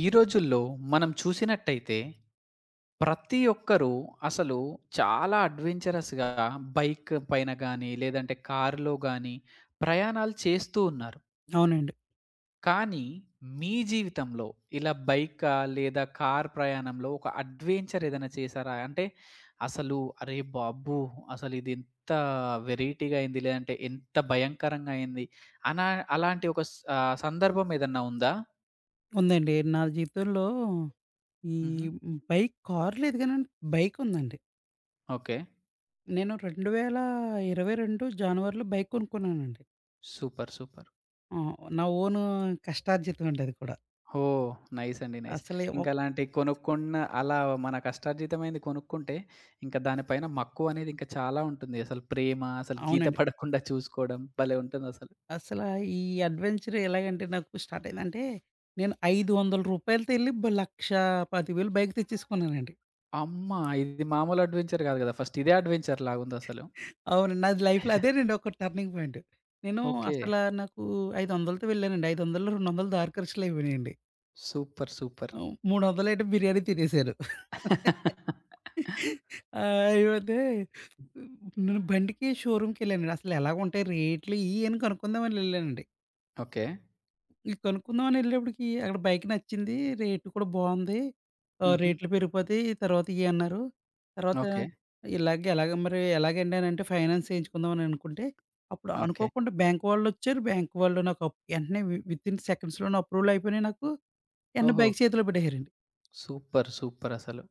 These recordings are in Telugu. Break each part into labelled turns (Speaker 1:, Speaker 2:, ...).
Speaker 1: ఈ రోజుల్లో మనం చూసినట్టయితే ప్రతి ఒక్కరూ అసలు చాలా అడ్వెంచరస్‌గా బైక్ పైన గానీ, లేదంటే కారులో గానీ ప్రయాణాలు చేస్తూ ఉన్నారు.
Speaker 2: అవునండి.
Speaker 1: కానీ మీ జీవితంలో ఇలా బైకా లేదా కార్ ప్రయాణంలో ఒక అడ్వెంచర్ ఏదైనా చేశారా? అంటే అసలు అరే బాబు! అసలు ఇది ఎంత వెరైటీగా అయింది, లేదంటే ఎంత భయంకరంగా అయింది అనా అలాంటి ఒక సందర్భం ఏదన్నా ఉందా?
Speaker 2: ఉందండి. నా జీవితంలో ఈ
Speaker 1: హుహు.
Speaker 2: బైక్, కార్ లేదు గానండి, బైక్ ఉందండి.
Speaker 1: ఓకే.
Speaker 2: నేను 2022 జనవరిలో బైక్ కొనుక్కున్నానండి.
Speaker 1: సూపర్. సూపర్.
Speaker 2: ఆ! నా ఓను కష్టార్జితం అండి అది కూడా.
Speaker 1: ఓహ్! నైస్ అండి. నైస్.
Speaker 2: అసలే
Speaker 1: ఇంకా
Speaker 2: ఒక్
Speaker 1: అలాంటియి కొనుక్కున్న అలా మన కష్టార్జితమైంది కొనుక్కుంటే, ఇంకా దానిపైన మక్కువ అనేది ఇంకా చాలా ఉంటుంది. అసలు ప్రేమ, అసలు గీత
Speaker 2: అవునండి.
Speaker 1: పడకుండా చూసుకోవడం భలే ఉంటుందసలు.
Speaker 2: అసల ఈ అడ్వెంచర్ ఎలాగంటే నాకు స్టార్ట్ అయిందంటే, నేను రూ. 500తో ఎళ్లి 1,10,000 బైక్ తెచ్చేసుకున్నానండి.
Speaker 1: అమ్మా! ఇది మామూలు అడ్వెంచర్ గాదు గదా! ఫస్ట్ ఇదే అడ్వెంచర్ లాగుందసలు.
Speaker 2: అవునండి. నాది లైఫ్‌లో అదేనండి ఒక టర్నింగ్ పాయింట్. నేను
Speaker 1: ఓకే.
Speaker 2: అసల నాకు 500తో వెళ్ళానండి. 500లో 200 దారి ఖర్చులు అయిపోయినాయండి.
Speaker 1: సూపర్. సూపర్.
Speaker 2: హ్మ్. 300 బిర్యానీ తినేసాను. అయిపోతే నేను బండికి షోరూమ్‌కెళ్ళానండి. అసలు ఎలాగుంటాయి రేట్లు ఇయని కనుక్కుందామని ఎళ్ళానండి.
Speaker 1: ఓకే.
Speaker 2: ఈ కనుక్కుందామని ఎళ్ళేప్పటికి అక్కడ బైక్ నచ్చింది. రేటు కూడా బావుంది.
Speaker 1: హుహు.
Speaker 2: రేట్లు పెరిగిపోతాయి తర్వాత ఇయన్నారు. తర్వాత
Speaker 1: ఓకే.
Speaker 2: ఇలాగే ఎలాగ మరి ఎలాగండి అనంటే ఫైనాన్స్ చేయించుకుందామని అనుకుంటే, అప్పుడు
Speaker 1: ఓకే.
Speaker 2: అనుకోకుండా బ్యాంక్ వాళ్ళొచ్చారు. బ్యాంక్ వాళ్ళు నాకు వెంటనే వితిన్ సెకండ్స్‌లోనే అప్రూవల్ అయిపోయినాయి నాకు. వెంటనే
Speaker 1: ఓహో!
Speaker 2: బైక్ చేతిలో పెట్టేసారండి.
Speaker 1: సూపర్. సూపరసలు.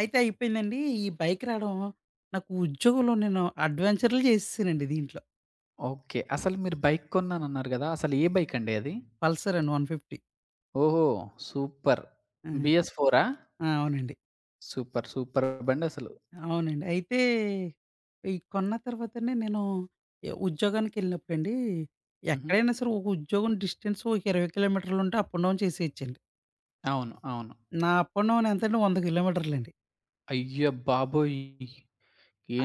Speaker 2: అయితే అయిపోయిందండి. ఈ బైక్ రావడం నాకు ఉద్యోగంలో నేను అడ్వెంచర్‌లు చేసేసానండి దీంట్లో.
Speaker 1: ఓకే. అసలు మీరు బైక్ కొన్నానన్నారు గదా! అసలు ఏ బైకండి అది?
Speaker 2: పల్సర్ అండి 150.
Speaker 1: ఓహో! సూపర్.
Speaker 2: ఆ!
Speaker 1: బీఎస్ ఫోరా?
Speaker 2: ఆ! అవునండి.
Speaker 1: సూపర్. సూపర్ బండసలు.
Speaker 2: అవునండి. అయితే ఈ కొన్న తర్వాతండి నేను ఉద్యోగానికెళ్ళినప్పుడండి
Speaker 1: హుహు.
Speaker 2: ఎక్కడైనా సరే ఒక ఉద్యోగం డిస్టెన్స్ ఒక 20 కిలోమీటర్లుంటే అప్ అండ్ డౌన్ చేసేయొచ్చండి.
Speaker 1: అవును. అవును.
Speaker 2: నా అప్ అండ్ డౌన్ ఎంతండి? 100 కిలోమీటర్లండి.
Speaker 1: అయ్య బాబోయ్!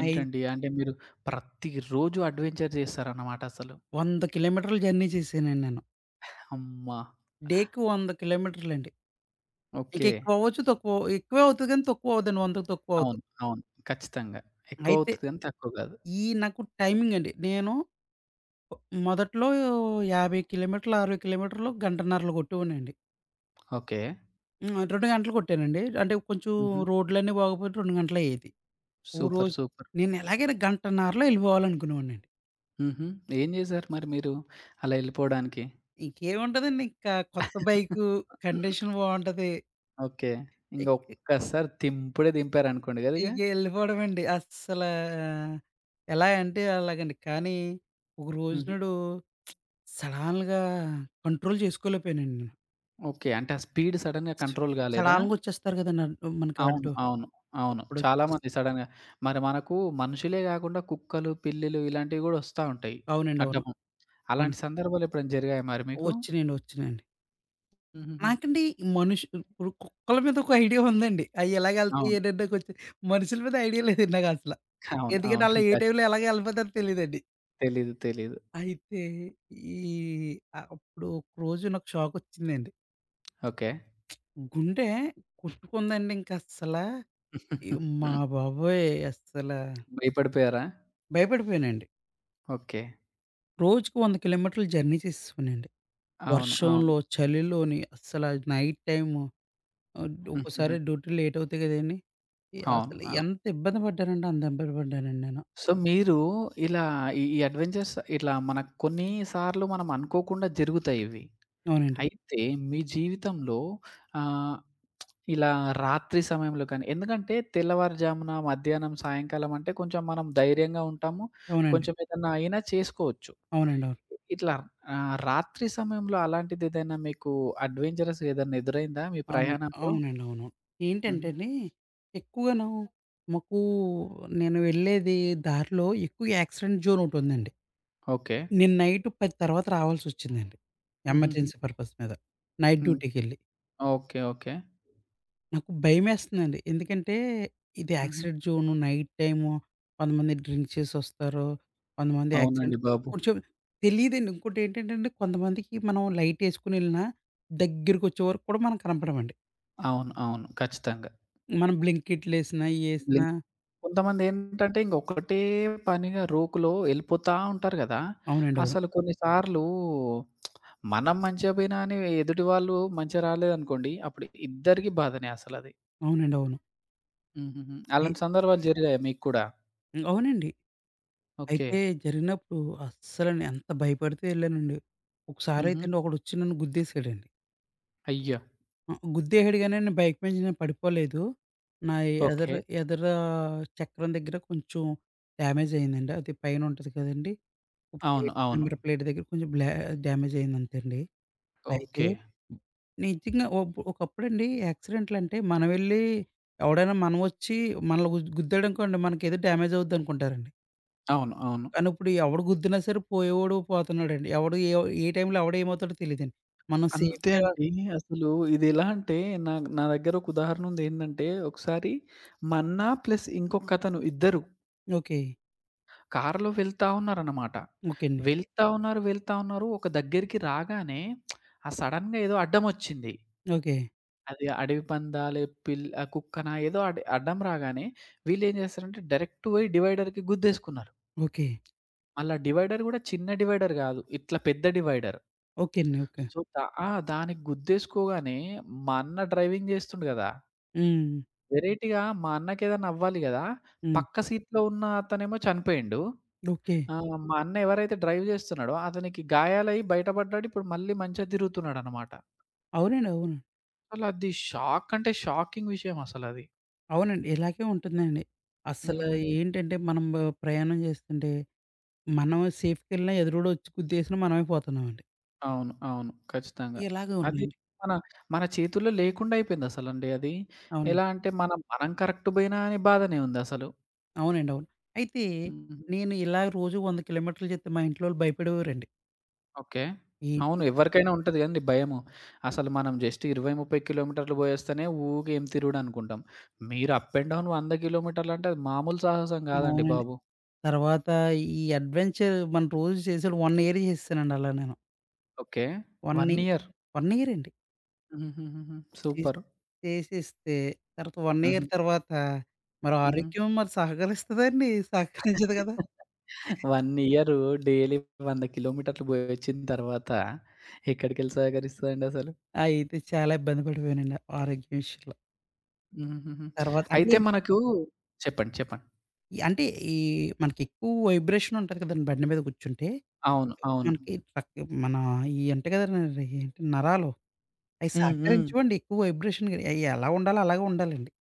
Speaker 2: అయి
Speaker 1: అంటే మీరు ప్రతిరోజు అడ్వెంచర్ చేస్తారన్నమాట అసలు.
Speaker 2: 100 కిలోమీటర్లు జర్నీ చేశానండి నేను.
Speaker 1: అమ్మా!
Speaker 2: డేకి 100 కిలోమీటర్లండి.
Speaker 1: ఓకే.
Speaker 2: ఇంకెక్కువ అవ్వచ్చు, తక్కువ ఎక్కువే అవుతది కానీ తక్కువ అవ్వదండి. 100కి తక్కువ అవ్వదు.
Speaker 1: అవును. అవును. ఖచ్చితంగా.
Speaker 2: అయితే
Speaker 1: ఎక్కువవుతది గానీ తక్కువ కాదు.
Speaker 2: ఈ నాకు టైమింగ్ అండి. నేను మొదట్లో 50 కిలోమీటర్లు, 60 కిలోమీటర్లు గంటన్నరలో కొట్టేవాడినండి.
Speaker 1: ఓకే.
Speaker 2: హ్మ్. 2 గంటలు కొట్టానండి. అంటే కొంచెం
Speaker 1: హుహు.
Speaker 2: రోడ్లన్నీ బాగోపోతే 2 గంటలయ్యేది. ఓ
Speaker 1: సూపర్.
Speaker 2: రోజు
Speaker 1: సూపర్.
Speaker 2: నేను ఎలాగైనా గంటన్నరలో ఎళ్ళిపోవాలనుకునేవాడినండి.
Speaker 1: హుహు. ఏం చేశారు మరి మీరు అలా ఎళ్ళిపోడానికి?
Speaker 2: ఇంకేముంటదండి, ఇంకా కొత్త బైకు, కండిషన్ బావుంటది.
Speaker 1: ఓకే. ఇంగ
Speaker 2: ఇక
Speaker 1: ఒక్కసారి దింపుడే దింపారనుకోండి గదా ఇగ.
Speaker 2: ఇక ఎళ్ళిపోవడమండి. అస్సలా ఎలా అంటే అలాగండి. కానీ ఒక రోజు
Speaker 1: హ్మ్.
Speaker 2: నాడు సడన్‌గా కంట్రోల్ చేసుకోలేకపోయానండి.
Speaker 1: ఓకే. అంటే ఆ స్పీడ్ సడెన్‌గా
Speaker 2: స్
Speaker 1: కంట్రోల్ గాలేదా?
Speaker 2: సడాలుగా వచ్చేస్తారు కదండీ! మనకి
Speaker 1: అవును.
Speaker 2: అడ్డు.
Speaker 1: అవును. అవును. చాలా
Speaker 2: అప్పుడొచ్చేసి
Speaker 1: మంది సడెన్‌గా మరి మనకు మనుషులే గాకుండా కుక్కలు, పిల్లులు ఇలాంటివి గూడా ఒస్తా ఉంటాయి.
Speaker 2: అవునండి. అవును.
Speaker 1: అడ్డము.
Speaker 2: అవును.
Speaker 1: అలాంటి సందర్భాలు ఎప్పుడైనా జరిగాయా మరి మీకు?
Speaker 2: వచ్చినియండి.
Speaker 1: హుహుహు.
Speaker 2: నాకండి ఈ ఇప్పుడు కుక్కల మీద ఒక ఐడియా ఉందండి. అయి ఎలాగెళ్తాయి
Speaker 1: అవును.
Speaker 2: ఏంటంటే, కొంచెం మనుషుల మీద ఐడియా లేదండి నాకసల.
Speaker 1: అవును.
Speaker 2: ఎందుకంటే
Speaker 1: అవును.
Speaker 2: ఆళ్ళు ఏ టైంలో ఎలాగ ఎళ్ళిపోతారో తెలీదండి.
Speaker 1: తెలీదు. తెలీదు.
Speaker 2: అయితే ఈ అప్పుడు ఒకరోజు నాకు షాకొచ్చిందండి.
Speaker 1: ఓకే.
Speaker 2: గుండె కొట్టుకుందండి ఇంకస్సల. అమ్మా బాబోయ్! అస్సల
Speaker 1: భయపడిపోయారా?
Speaker 2: భయపడిపోయానండి.
Speaker 1: ఓకే.
Speaker 2: రోజుకి 100 కిలోమీటర్లు జర్నీ చేసేవాడినండి.
Speaker 1: అవును. అవును.
Speaker 2: వర్షంలో, చలిలోని అస్సల నైట్ టైము, ఆహ్,
Speaker 1: హుహుహు.
Speaker 2: ఒక్కోసారి డ్యూటీలు లేట్ అవుతాయి కదండీ! ఈ
Speaker 1: అవును.
Speaker 2: అసలు
Speaker 1: ఆ!
Speaker 2: ఎంత ఇబ్బంది పడ్డానంటే అంత ఇబ్బంది పడ్డానండి నేను.
Speaker 1: సో, మీరు ఇలా ఈ ఈ అడ్వెంచర్స్ ఇట్లా మనకు కొన్ని సార్లు మనం అనుకోకుండా జరుగుతాయి ఇవి.
Speaker 2: అవునండి.
Speaker 1: అయితే మీ జీవితంలో ఆహ్, ఇలా రాత్రి సమయంలో కానీ ఎందుకంటే తెల్లవారుజామున, మధ్యాహ్నం, సాయంకాలం అంటే కొంచెం మనం ధైర్యంగా ఉంటాము.
Speaker 2: అవునండి.
Speaker 1: కొంచెం ఏదన్నా అయినా చేసుకోవచ్చు.
Speaker 2: అవునండి. అవును.
Speaker 1: ఇట్లా రాత్రి సమయంలో అలాంటిదేదైనా మీకు అడ్వెంచరస్‌గా ఏదన్నా ఎదురైందా మీ
Speaker 2: అవును.
Speaker 1: ప్రయాణంలో?
Speaker 2: అవునండి. అవును.
Speaker 1: హ్మ్.
Speaker 2: ఏంటంటే అండి, ఎక్కువను మాకు నేను వెళ్ళేది దారిలో ఎక్కువ యాక్సిడెంట్ జోన్ ఒకటుందండి.
Speaker 1: ఓకే.
Speaker 2: నేను నైట్ 10 తర్వాత రావాల్సొచ్చిందండి.
Speaker 1: హుహుహు.
Speaker 2: ఎమర్జెన్సీ పర్పస్ మీద. నైట్
Speaker 1: హ్మ్.
Speaker 2: డ్యూటీకెళ్ళి.
Speaker 1: ఓకే. ఓకే.
Speaker 2: నాకు భయమేస్తుందండి. ఎందుకంటే ఇది
Speaker 1: హుహు.
Speaker 2: యాక్సిడెంట్ జోను, నైట్ టైము, కొంతమంది డ్రింక్ చేసొస్తారు. కొంతమంది యాక్సిడెంట్
Speaker 1: అవునండి బాబు.
Speaker 2: కొంచెం తెలీదండి. ఇంకోటేంటంటేండి, కొంతమందికి మనం లైటేసుకొని ఎళ్ళినా దగ్గరికొచ్చే వరకు కూడా మనం కనపడమండి.
Speaker 1: అవును. అవును. ఖచ్చితంగా.
Speaker 2: మనం బ్లింకిట్లేసినా, ఇయేసినా
Speaker 1: కొంతమందేంటంటే ఇంక ఒకటే పనిగా రోకులో ఎళ్ళిపోతా ఉంటారు గదా!
Speaker 2: అవునండి. అవును.
Speaker 1: అసలు కొన్నిసార్లు మనం మంచిగా పోయినా అని ఎదుటి వాళ్ళు మంచిగా రాలేదనుకోండి, అప్పుడు ఇద్దరికీ బాధనే అసలది.
Speaker 2: అవునండి. అవును.
Speaker 1: హుహుహు.
Speaker 2: అయి
Speaker 1: అలాంటి సందర్భాలు జరిగాయా మీకు కూడా?
Speaker 2: అవునండి.
Speaker 1: ఓకే.
Speaker 2: అయితే జరిగినప్పుడు అస్సలండి ఎంత భయపడితే ఎళ్ళానండి.
Speaker 1: హుహు.
Speaker 2: ఒకసారైతే అండి ఒకడొచ్చి నన్ను గుద్దేసాడండి.
Speaker 1: అయ్యో!
Speaker 2: ఆ! గుద్దేసాడు గాని నేను బైక్ మీద నుంచి నేను పడిపోలేదు. నా ఎదర
Speaker 1: ఓకే.
Speaker 2: ఎదర చక్రం దగ్గర కొంచెం డ్యామేజ్ అయిందండి. అది పైన ఉంటది కదండీ!
Speaker 1: అవును. అవును.
Speaker 2: నెంబర్ ప్లేట్ దగ్గర కొంచెం డ్యామేజ్ అయింది అంతే అండి. అయితే
Speaker 1: ఓకే.
Speaker 2: నిజంగా ఒకప్పుడండి యాక్సిడెంట్లంటే మనం వెళ్లి ఎవడైనా మనం వచ్చి మనల్ని గుద్దాడనుకోండి మనకేదో డ్యామేజ్ అవుద్దనుకుంటారండి.
Speaker 1: అవును. అవును.
Speaker 2: కానీ ఇప్పుడు ఎవడు గుద్దినా సరే పోయేవాడు పోతున్నాడండి. ఎవడు ఏ ఏ టైంలో ఎవడు ఏమవుతాడో తెలీదండి. మనం
Speaker 1: అంతే
Speaker 2: సేఫ్‌గా
Speaker 1: అండి. అసలు ఇదెలా అంటే నా నా దగ్గర ఒక ఉదాహరణ ఉందేంటంటే, ఒకసారి 'మన్నా' ప్లస్ ఇంకొకతను ఇద్దరు
Speaker 2: ఓకే.
Speaker 1: కారులో వెళ్తా ఉన్నారనమాట.
Speaker 2: ఓకే అండి.
Speaker 1: వెళ్తా ఉన్నారు, వెళ్తా ఉన్నారు. ఒక దగ్గరికి రాగానే ఆ సడెన్‌గా ఏదో అడ్డమొచ్చింది.
Speaker 2: ఓకే.
Speaker 1: అది అడవి పందాలే, కుక్కనా ఏదో అడ్డం రాగానే వీళ్ళేం చేస్తారంటే డైరెక్ట్ పోయి డివైడర్‌కి గుద్దేసుకున్నారు.
Speaker 2: ఓకే.
Speaker 1: మళ్ళా డివైడర్ గూడా చిన్న డివైడర్ గాదు. ఇట్లా పెద్ద డివైడర్.
Speaker 2: ఓకే అండి. ఓకే.
Speaker 1: సో, దా ఆ! దానికి గుద్దేసుకోగానే మా అన్న డ్రైవింగ్ చేస్తుండు గదా!
Speaker 2: హ్మ్.
Speaker 1: వెరైటీగా మా అన్నకేదైనా అవ్వాలి గదా!
Speaker 2: హ్మ్.
Speaker 1: పక్క సీట్‌లో ఉన్న అతనేమో చనిపోయిండు.
Speaker 2: ఓకే.
Speaker 1: ఆ! మా అన్న ఎవరైతే డ్రైవ్ జేస్తున్నాడో అతనికి గాయాలయ్యి బయటపడ్డాడు. ఇప్పుడు మళ్ళీ మంచిగా తిరుగుతున్నాడనమాట.
Speaker 2: అవునండి. అవును.
Speaker 1: అసలు అది షాక్ అంటే షాకింగ్ విషయం అసలది.
Speaker 2: అవునండి. ఇలాగే ఉంటుందండి. అస్సలు
Speaker 1: హుహుహు.
Speaker 2: ఏంటంటే మనం ప్రయాణం చేస్తుంటే మనం సేఫ్‌కెళ్ళినా ఎదురుడొచ్చి గుద్దేసినా మనమే పోతున్నామండి.
Speaker 1: అవును. అవును. ఖచ్చితంగా.
Speaker 2: ఇలాగే
Speaker 1: అది
Speaker 2: ఉన్నాయండి.
Speaker 1: మన మన చేతుల్లో లేకుండా అయిపోయిందసలండి అది.
Speaker 2: అవును.
Speaker 1: ఎలా అంటే మనం మనం కరెక్ట్ బోయినా అనే బాధనే ఉందసలు.
Speaker 2: అవునండి. అవును. అయితే
Speaker 1: హుహు.
Speaker 2: నేను ఇలా రోజు 100 కిలోమీటర్లు చెప్తే మా ఇంట్లోళ్ళు భయపడేవారండి.
Speaker 1: ఓకే.
Speaker 2: ఏంటి
Speaker 1: అవును. ఎవరికైనా ఉంటది గదండీ భయము. అసలు మనం జస్ట్ 20, 30 కిలోమీటర్లు బోయేస్తేనే ఊకే ఏం తిరుగుడనుకుంటాం. మీరు అప్ అండ్ డౌన్ 100 కిలోమీటర్లంటే అది మామూలు సాహసం గాదండి
Speaker 2: అవునండి.
Speaker 1: బాబు.
Speaker 2: తర్వాత ఈ అడ్వెంచర్ మనం రోజు చేసేది 1 ఇయర్ చేసేసానండి అలా నేను.
Speaker 1: ఓకే.
Speaker 2: 1
Speaker 1: 1
Speaker 2: ఇ
Speaker 1: ఇయర్.
Speaker 2: 1 ఇయర్ అండి.
Speaker 1: హుహుహుహు.
Speaker 2: చేస్
Speaker 1: సూపర్.
Speaker 2: చేసేస్తే తర్వాత 1
Speaker 1: హుహు.
Speaker 2: ఇయర్ తర్వాత మరి
Speaker 1: హుహు.
Speaker 2: ఆరోగ్యం మరి సహకరిస్తదండి. సహకరించదు కదా!
Speaker 1: 1 ఇయరు డైలీ 100 కిలోమీటర్లు పోయొచ్చిన తర్వాత ఎక్కడికెళ్ళి సహకరిస్తదండి అసలు?
Speaker 2: అయితే చాలా ఇబ్బంది పడిపోయానండి ఆరోగ్యం విషయంలో.
Speaker 1: హుహుహుహు.
Speaker 2: తర్వాత అంటే,
Speaker 1: అయితే మనకు చెప్పండి. చెప్పండి.
Speaker 2: ఈ- అంటే ఈ మనకెక్కువ వైబ్రేషన్ ఉంటది కదండీ బండి మీద కూర్చుంటే.
Speaker 1: అవును. అవును.
Speaker 2: మనకి రక్ మన ఇయి ఉంటాయి కదండీ! ఏంటి నరాలు, అయి
Speaker 1: హ్మ్. హ్మ్.
Speaker 2: సహకరించవండి ఎక్కువ వైబ్రేషన్‌కి. అయి ఎలా ఉండాలో అలాగే ఉండాలండి.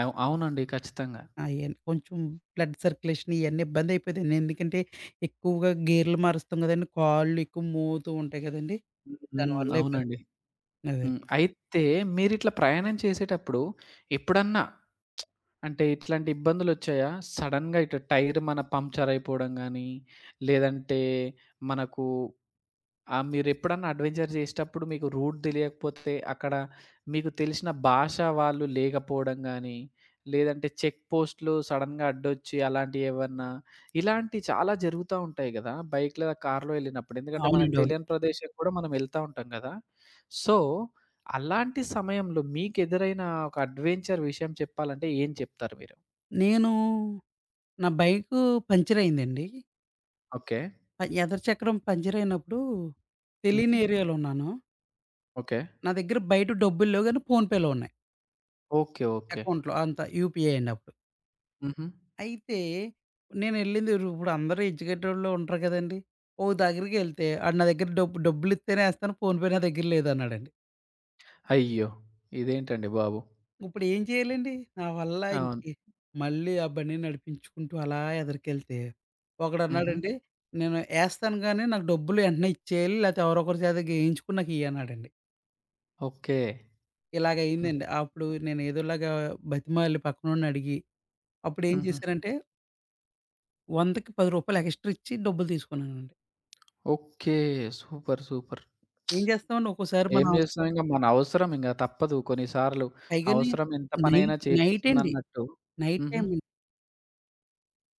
Speaker 1: అవునండి. ఖచ్చితంగా.
Speaker 2: అయన్నీ కొంచెం బ్లడ్ సర్క్యులేషన్ ఇయన్నీ ఇబ్బందయిపోయేదండి. ఎందుకంటే ఎక్కువగా గేర్లు మారుస్తాం గదండీ! కాళ్ళు ఎక్కువ మోగుతూ ఉంటాయి గదండీ!
Speaker 1: హ్మ్.
Speaker 2: దానివల్ల ఇబ్బంది.
Speaker 1: అవునండి.
Speaker 2: అదే.
Speaker 1: హ్మ్. అయితే మీరిట్లా ప్రయాణం చేసేటప్పుడు ఎప్పుడన్నా అంటే ఇట్లాంటి ఇబ్బందులొచ్చాయా? సడెన్‌గా ఇటు టైర్ మన పంక్చర్ అయిపోవడం గానీ, లేదంటే మనకు మీరెప్పుడన్నా అడ్వెంచర్ జేసేటప్పుడు మీకు రూట్ దెలియకపోతే, అక్కడ మీకు తెలిసిన భాష వాళ్ళు లేకపోవడం గానీ, లేదంటే చెక్ పోస్ట్‌లు సడెన్‌గా అడ్డొచ్చి అలాంటియేవన్నా, ఇలాంటియి చాలా జరుగుతా ఉంటాయి గదా! బైక్ లేదా కార్‌లో ఎళ్ళినప్పుడు. ఎందుకంటే, మనకు
Speaker 2: అవునండి. అవును.
Speaker 1: తెలియని ప్రదేశం కూడా మనం వెళ్తా ఉంటాం గదా! సో, అలాంటి సమయంలో మీకెదురైన ఒక అడ్వెంచర్ విషయం చెప్పాలంటే ఏం చెప్తారు మీరు?
Speaker 2: నేను నా బైకు పంచరయిందండి.
Speaker 1: ఓకే.
Speaker 2: ఎదర చక్రం పంచరయినప్పుడు
Speaker 1: హుహు.
Speaker 2: తెలియని ఏరియాలో ఉన్నాను.
Speaker 1: ఓకే.
Speaker 2: నా దగ్గర బయట డబ్బులు లేవు గానీ ఫోన్‌పేలో ఉన్నాయి.
Speaker 1: ఓకే. ఓకే.
Speaker 2: అకౌంట్‌లో అంతా యూపీఐ అండి అప్పుడు.
Speaker 1: హుహు.
Speaker 2: అయితే నేనెళ్ళింది, ఇప్పుడు అందరూ ఎడ్యుకేటెడ్‌లో ఉంటారు గదండీ! ఓ దగ్గరికెళ్తే ఆడు నా దగ్గర డబ్బులిస్తేనే ఎస్తాను ఫోన్‌పే నా దగ్గర లేదన్నాడండి.
Speaker 1: అయ్యో! ఇదేంటండి బాబు!
Speaker 2: ఇప్పుడు ఏం చేయాలండి? నా వల్ల
Speaker 1: అవును.
Speaker 2: ఇంకే మళ్ళీ ఆ బండిని నడిపించుకుంటూ అలా ఎదరికెళ్తే,
Speaker 1: హుహు.
Speaker 2: ఒకడన్నాడండి, "నేను ఏస్తాను గానీ, నాకు డబ్బులు వెంటనే ఇచ్చేయాలి. లేతే ఎవరో ఒకరి చేత గేయించుకొని నాకియ్యి" అన్నాడండి.
Speaker 1: ఓకే. హ్మ్.
Speaker 2: ఇలాగయిందండి. అప్పుడు నేను ఏదోలాగా బతిమాలి పక్కనోడిని అడిగి, అప్పుడేం
Speaker 1: హుహుహు.
Speaker 2: చేశానంటే, 100కి 10 రూపాయలు ఎక్స్‌ట్రా ఇచ్చి డబ్బులు తీసుకున్నానండి.
Speaker 1: ఓకే. సూపర్. సూపర్.
Speaker 2: ఏం చేస్తామండి ఒక్కోసారి
Speaker 1: ఏం
Speaker 2: మనం
Speaker 1: చేస్తాం ఇంక మన అవసరం ఇంక తప్పదు కొన్ని సార్లు.
Speaker 2: పైగాని
Speaker 1: అవసరం ఎంత పనైనా
Speaker 2: నైటండి.
Speaker 1: చేపిస్తుందన్నట్టు.
Speaker 2: నైట్
Speaker 1: హుహు.
Speaker 2: టైమ్ అండి.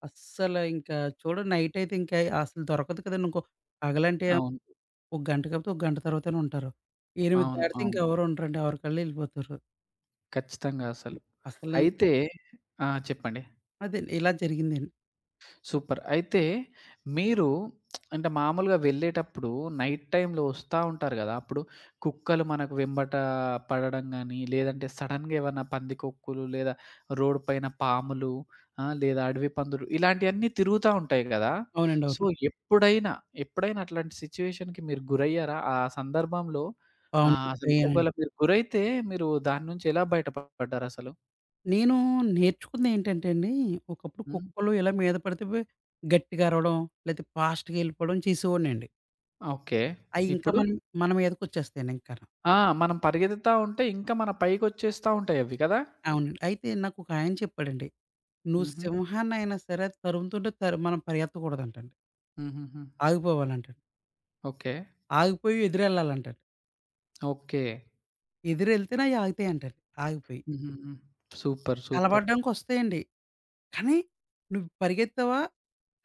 Speaker 2: అస్సలు ఇంకా చూడండి నైటయితే ఇంకా అసలు దొరకదు కదండి. ఇంకో పగలంటే
Speaker 1: అవును.
Speaker 2: ఒక గంట కాకపోతే, ఒక గంట తర్వాతనే ఉంటారు. 8
Speaker 1: అవును.
Speaker 2: దాటితే ఇంక
Speaker 1: అవును.
Speaker 2: ఎవరు ఉండరండి. ఎవరికాళ్ళు ఎళ్ళిపోతారు.
Speaker 1: ఖచ్చితంగా అసలు.
Speaker 2: అసలు
Speaker 1: అయితే ఆ! చెప్పండి.
Speaker 2: అదే ఇలా జరిగిందండి.
Speaker 1: సూపర్. అయితే మీరు అంటే మామూలుగా వెళ్ళేటప్పుడు నైట్ టైమ్‌లో వస్తా ఉంటారు గదా! అప్పుడు కుక్కలు మనకు వెంబట పడడం గాని, లేదంటే సడెన్‌గా ఏమన్నా పందికొక్కులు లేదా రోడ్ పైన పాములు లేదా అడవి పందులు ఇలాంటియన్నీ తిరుగుతా ఉంటాయి గదా!
Speaker 2: అవునండి.
Speaker 1: సో,
Speaker 2: అవును.
Speaker 1: ఎప్పుడైనా, ఎప్పుడైనా అట్లాంటి సిట్యుయేషన్‌కి మీరు గురయ్యారా? ఆ సందర్భంలో
Speaker 2: అవునండి.
Speaker 1: అసలు ఒకవేళ
Speaker 2: అయ్యానండి.
Speaker 1: మీరు గురైతే మీరు దాని నుంచి ఎలా బయట పడ్డారసలు?
Speaker 2: నేను నేర్చుకుందేంటంటే అండి, ఒకప్పుడు
Speaker 1: హ్మ్.
Speaker 2: కుక్కలు ఇలా మీద పడితే గట్టిగా అరవడం, లేతే ఫాస్ట్‌గా ఎళ్ళిపోవడం చేసేవాడినండి.
Speaker 1: ఓకే.
Speaker 2: అయి ఇంకా
Speaker 1: ఇప్పుడు?
Speaker 2: మన మన మీదకొచ్చేస్తాయండి ఇంకాను.
Speaker 1: ఆ! మనం పరిగెత్తుతా ఉంటే ఇంకా మన పైకొచ్చేస్తా ఉంటాయవి కదా!
Speaker 2: అవునండి. అయితే నాకొక ఆయన చెప్పాడండి, "నువ్వు
Speaker 1: హుహు.
Speaker 2: సింహాన్నయినా సరే అది తరుముతుంటే మనం పరిగెత్తకూడదంటండి.
Speaker 1: హుహుహు.
Speaker 2: ఆగిపోవాలంటండి.
Speaker 1: ఓకే.
Speaker 2: ఆగిపోయి ఎదురెళ్ళాలంటండి.
Speaker 1: ఓకే.
Speaker 2: ఎదురెళ్తేనే అయి ఆగుతాయంటండి ఆగిపోయి."
Speaker 1: హుహుహు. సూపర్. సూపర్.
Speaker 2: కలబడ్డానికొస్తాయండి. కానీ నువ్వు పరిగెత్తావా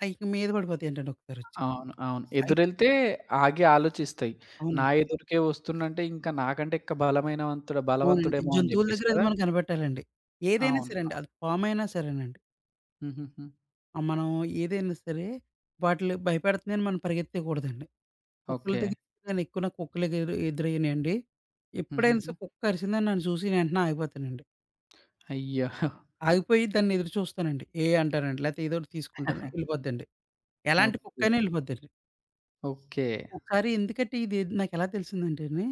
Speaker 2: అయి మీద పడిపోతాయంటండి ఒకసారొచ్చి.
Speaker 1: అవును. అవును.
Speaker 2: అయి
Speaker 1: ఎదురెళ్తే ఆగి ఆలోచిస్తాయి. నా
Speaker 2: అవునండి.
Speaker 1: ఎదురుకే వస్తుండంటే ఇంకా నాకంటే ఇంకా
Speaker 2: అవునండి.
Speaker 1: బలవంతుడేమో అని
Speaker 2: జంతువుల
Speaker 1: జెప్పేసి
Speaker 2: దగ్గర అది
Speaker 1: కదా!
Speaker 2: మనం కనిపెట్టాలండి. ఏదైనా
Speaker 1: అవును.
Speaker 2: సరేండి.
Speaker 1: అవును.
Speaker 2: అది పామయినా సరేనండి.
Speaker 1: హుహుహు.
Speaker 2: మనం ఏదైనా సరే వాటిలి భయపెడుతుందని మనం పరిగెత్తేయకూడదండి. కుక్కల
Speaker 1: ఓకే.
Speaker 2: దగ్గర నేను ఎక్కువ నాకు కుక్కలకి ఎదురయ్యినియండి. ఎప్పుడైనా
Speaker 1: హుహుహు.
Speaker 2: సరే కుక్క కరిసిందని నన్ను చూసి నేను వెంటనే ఆగిపోతానండి.
Speaker 1: అయ్యో!
Speaker 2: ఆగిపోయి దాన్ని ఎదురు చూస్తానండి. ఏ అంటానండి. లేతే ఏదోకటి తీసుకుంటాను. ఎళ్ళిపోద్దండి. ఎలాంటి
Speaker 1: ఓకే.
Speaker 2: కుక్కైనా ఎళ్ళిపోద్దండి.
Speaker 1: ఓకే.
Speaker 2: ఒకసారి ఎందుకంటే ఇది నాకెలా తెలిసిందంటేనే,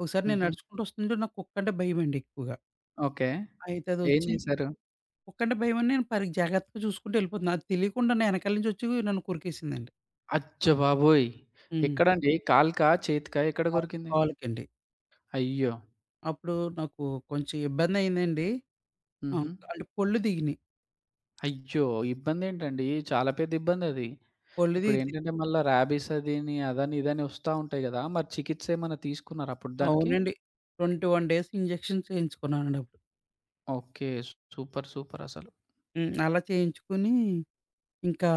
Speaker 2: ఒకసారి నేను
Speaker 1: హుహు.
Speaker 2: నడుచుకుంటూ వస్తుంటే నాకు కుక్కంటే భయమండి ఎక్కువగా.
Speaker 1: ఓకే.
Speaker 2: అయితే
Speaker 1: ఏం
Speaker 2: అదొచ్చి
Speaker 1: జేశారు?
Speaker 2: కుక్కంటే భయమని నేను జాగ్రత్తగా చూసుకుంటూ వెళ్ళిపోతున్నా. అది తెలియకుండా నా ఎనకాల నుంచి వచ్చి నన్ను కొరికేసిందండి.
Speaker 1: అచ్చ బాబోయ్!
Speaker 2: హ్మ్.
Speaker 1: ఎక్కడండి? కాలుకా? చేతికా? ఎక్కడ
Speaker 2: కాలు
Speaker 1: కొరికింది?
Speaker 2: కాలుకండి.
Speaker 1: అయ్యో!
Speaker 2: అప్పుడు నాకు కొంచెం ఇబ్బందయిందండి. ఆ!
Speaker 1: హుహు.
Speaker 2: అంటే పళ్ళు దిగినియి.
Speaker 1: అయ్యో! ఇబ్బందేంటండి? చాలా పెద్ద ఇబ్బందది.
Speaker 2: పళ్ళు దిగితే
Speaker 1: ఇప్పుడేంటంటే మళ్ళా రాబీస్ అదిని, అదని, ఇదని ఒస్తా ఉంటాయి గదా! మరి చికిత్స ఏమన్నా తీసుకున్నారా అప్పుడు దానికి?
Speaker 2: అవునండి. 21 డేస్ ఇంజెక్షన్స్ చేయించుకున్నానండి అప్పుడు.
Speaker 1: ఓకే. సూపర్. సూపరసలు.
Speaker 2: హ్మ్. అలా చేయించుకొని ఇంకా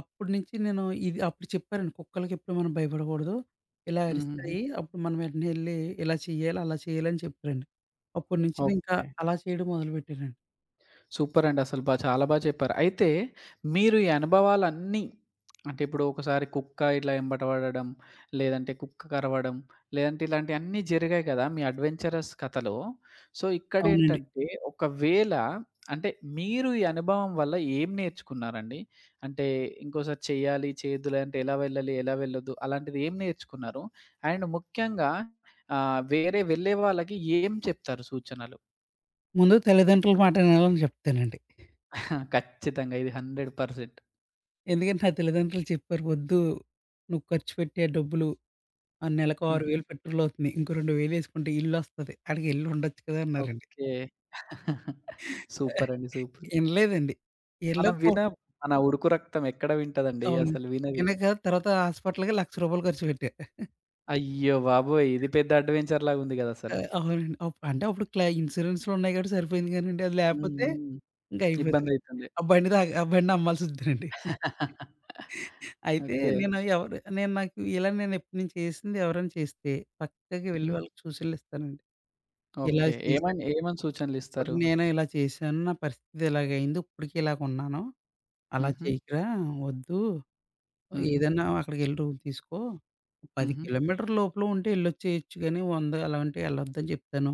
Speaker 2: అప్పటి నుంచి నేను ఇది అప్పుడు చెప్పారండి, కుక్కలకి ఎప్పుడు మనం భయపడకూడదు. ఇలా
Speaker 1: హుహుహు.
Speaker 2: అరుస్తాయి. అప్పుడు మనం వెంటనే ఎళ్లి ఇలా చేయాలి, అలా చేయాలి అని చెప్పారండి. అప్పటి నుంచి నేనింకా
Speaker 1: ఓకే.
Speaker 2: అలా చేయడం మొదలుపెట్టానండి.
Speaker 1: సూపరండి. అసలు చాలా బా చెప్పారు. అయితే మీరు ఈ అనుభవాలన్నీ అంటే ఇప్పుడు ఒకసారి కుక్క ఇట్లా ఎంబట పడడం, లేదంటే కుక్క కరవడం, లేదంటే ఇలాంటియన్నీ జరిగాయి కదా! మీ అడ్వెంచరస్ కథలో. సో,
Speaker 2: అవునండి.
Speaker 1: ఇక్కడేంటంటే ఒకవేళ అంటే మీరు ఈ అనుభవం వల్ల ఏం నేర్చుకున్నారండి? అంటే ఇంకోసారి చేయాలి, చేయొద్దులే అంటే ఎలా వెళ్ళాలి, ఎలా వెళ్ళొద్దు అలాంటిది ఏం నేర్చుకున్నారు? అండ్ ముఖ్యంగా వేరే వెళ్ళే వాళ్ళకి ఏం చెప్తారు సూచనలు?
Speaker 2: ముందు తల్లిదండ్రుల మాట వినాలని చెప్తానండి.
Speaker 1: ఖచ్చితంగా ఇది 100%.
Speaker 2: ఎందుకంటే నా తల్లిదండ్రులు చెప్పారు, "వద్దు, నువ్వు ఖర్చు పెట్టే డబ్బులు ఆ నెలకు
Speaker 1: హుహు.
Speaker 2: 6000 పెట్రోల్ అవుతుంది. ఇంకో 2000 ఎసుకుంటే ఇల్లొస్తది. ఆడికి ఇల్లు ఉండొచ్చు కదా!" అన్నారండి.
Speaker 1: ఓకే. సూపరండి. సూపర్.
Speaker 2: ఇనలేదండి.
Speaker 1: మనం
Speaker 2: ఎళ్ళక
Speaker 1: విన మన ఉడుకు రక్తం ఎక్కడ వింటదండి
Speaker 2: అవును.
Speaker 1: అసలు వినది.
Speaker 2: ఇనక తర్వాత హాస్పిటల్‌కి 1,00,000 రూపాయలు ఖర్చు పెట్టా.
Speaker 1: అయ్యో బాబోయ్! ఇది పెద్ద అడ్వెంచర్ లాగుంది
Speaker 2: ఆ!
Speaker 1: గదసలు.
Speaker 2: అవునండి. అప్పుడు ఇన్స్యూరెన్స్‌లో ఉన్నాయి కాబట్టి సరిపోయింది కానండి. అది
Speaker 1: హ్మ్.
Speaker 2: లేకపోతే
Speaker 1: హ్మ్.
Speaker 2: ఇంక అయిపోయేదండి.
Speaker 1: ఇబ్బందయితుంది.
Speaker 2: ఆ బండి అమ్మాల్సొచ్చేదండి. అయితే
Speaker 1: ఓకే.
Speaker 2: నేను ఎవరు నేను నాకు ఇలా నేను ఎప్పుడు నేను చేసింది ఎవరైనా చేస్తే పక్కకి
Speaker 1: హుహు.
Speaker 2: వెళ్ళి వాళ్ళకి సూచనలిస్తానండి. ఇలా
Speaker 1: ఓకే.
Speaker 2: చేశాను.
Speaker 1: ఏమని ఏమని
Speaker 2: మరి
Speaker 1: సూచనలిస్తారు?
Speaker 2: నేను ఇలా చేశాను. నా పరిస్థితి ఇలాగయింది. ఇప్పటికి ఇలాగున్నాను. అలా
Speaker 1: హుహు.
Speaker 2: చేయకురా, వద్దు.
Speaker 1: హుహు.
Speaker 2: ఏదన్నా అక్కడికెళ్ళి రూట్ తీసుకో. 10
Speaker 1: హుహు.
Speaker 2: కిలోమీటర్ల లోపల ఉంటే ఎళ్ళొచ్చేయొచ్చు గానీ, 100 అలా ఉంటే ఎళ్ళొద్దని జెప్తాను.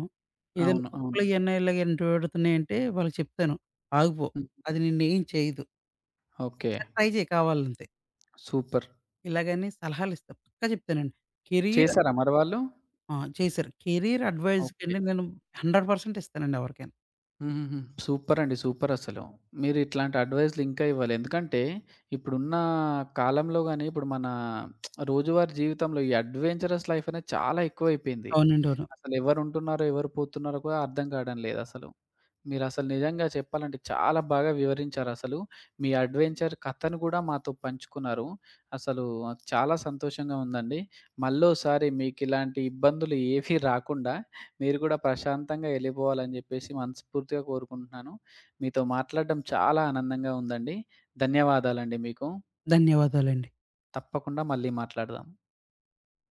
Speaker 2: ఏదైనా
Speaker 1: అవును. అవును.
Speaker 2: కుక్కలు ఇయన్నీ ఇలాగ ఎంట పెడుతున్నాయంటే వాళ్ళకి చెప్తాను, ఆగిపో.
Speaker 1: హ్మ్.
Speaker 2: అది నిన్నేం చేయదు.
Speaker 1: ఓకే.
Speaker 2: ఒకసారి ట్రై చేయి కావాలంతే.
Speaker 1: సూపర్.
Speaker 2: ఇలాగని సలహాలిస్తా. పక్కా చెప్తానండి. కెరీర్
Speaker 1: చేసారా మరి వాళ్ళు?
Speaker 2: ఆ! చేశారు. Career
Speaker 1: okay.
Speaker 2: అడ్వైజ్‌కండి నేను 100% ఇస్తానండి ఎవరికైనా.
Speaker 1: హుహుహు. సూపరండి. సూపరసలు. మీరు ఇట్లాంటి అడ్వైస్‌లు ఇంకా ఇవ్వాలి. ఎందుకంటే ఇప్పుడున్న కాలంలో గాని, ఇప్పుడు మన రోజువారీ జీవితంలో ఈ అడ్వెంచరస్ లైఫ్ అనేది చాలా ఎక్కువైపోయింది.
Speaker 2: అవునండి. అవును.
Speaker 1: అసలు ఎవరుంటున్నారో, ఎవరు పోతున్నారో కూడా అర్థం కావడం లేదసలు. మీరసలు నిజంగా చెప్పాలంటే చాలా బాగా వివరించారసలు. మీ అడ్వెంచర్ కథను గూడా మాతో పంచుకున్నారు. అసలు చాలా సంతోషంగా ఉందండి. మళ్ళోసారి మీకిలాంటి ఇబ్బందులు ఏవీ రాకుండా మీరు కూడా ప్రశాంతంగా ఎళ్ళిపోవాలని జెప్పేసి మనస్ఫూర్తిగా కోరుకుంటున్నాను. మీతో మాట్లాడడం చాలా ఆనందంగా ఉందండి. ధన్యవాదాలండి మీకు.
Speaker 2: ధన్యవాదాలండి.
Speaker 1: తప్పకుండా మళ్ళీ మాట్లాడదాం.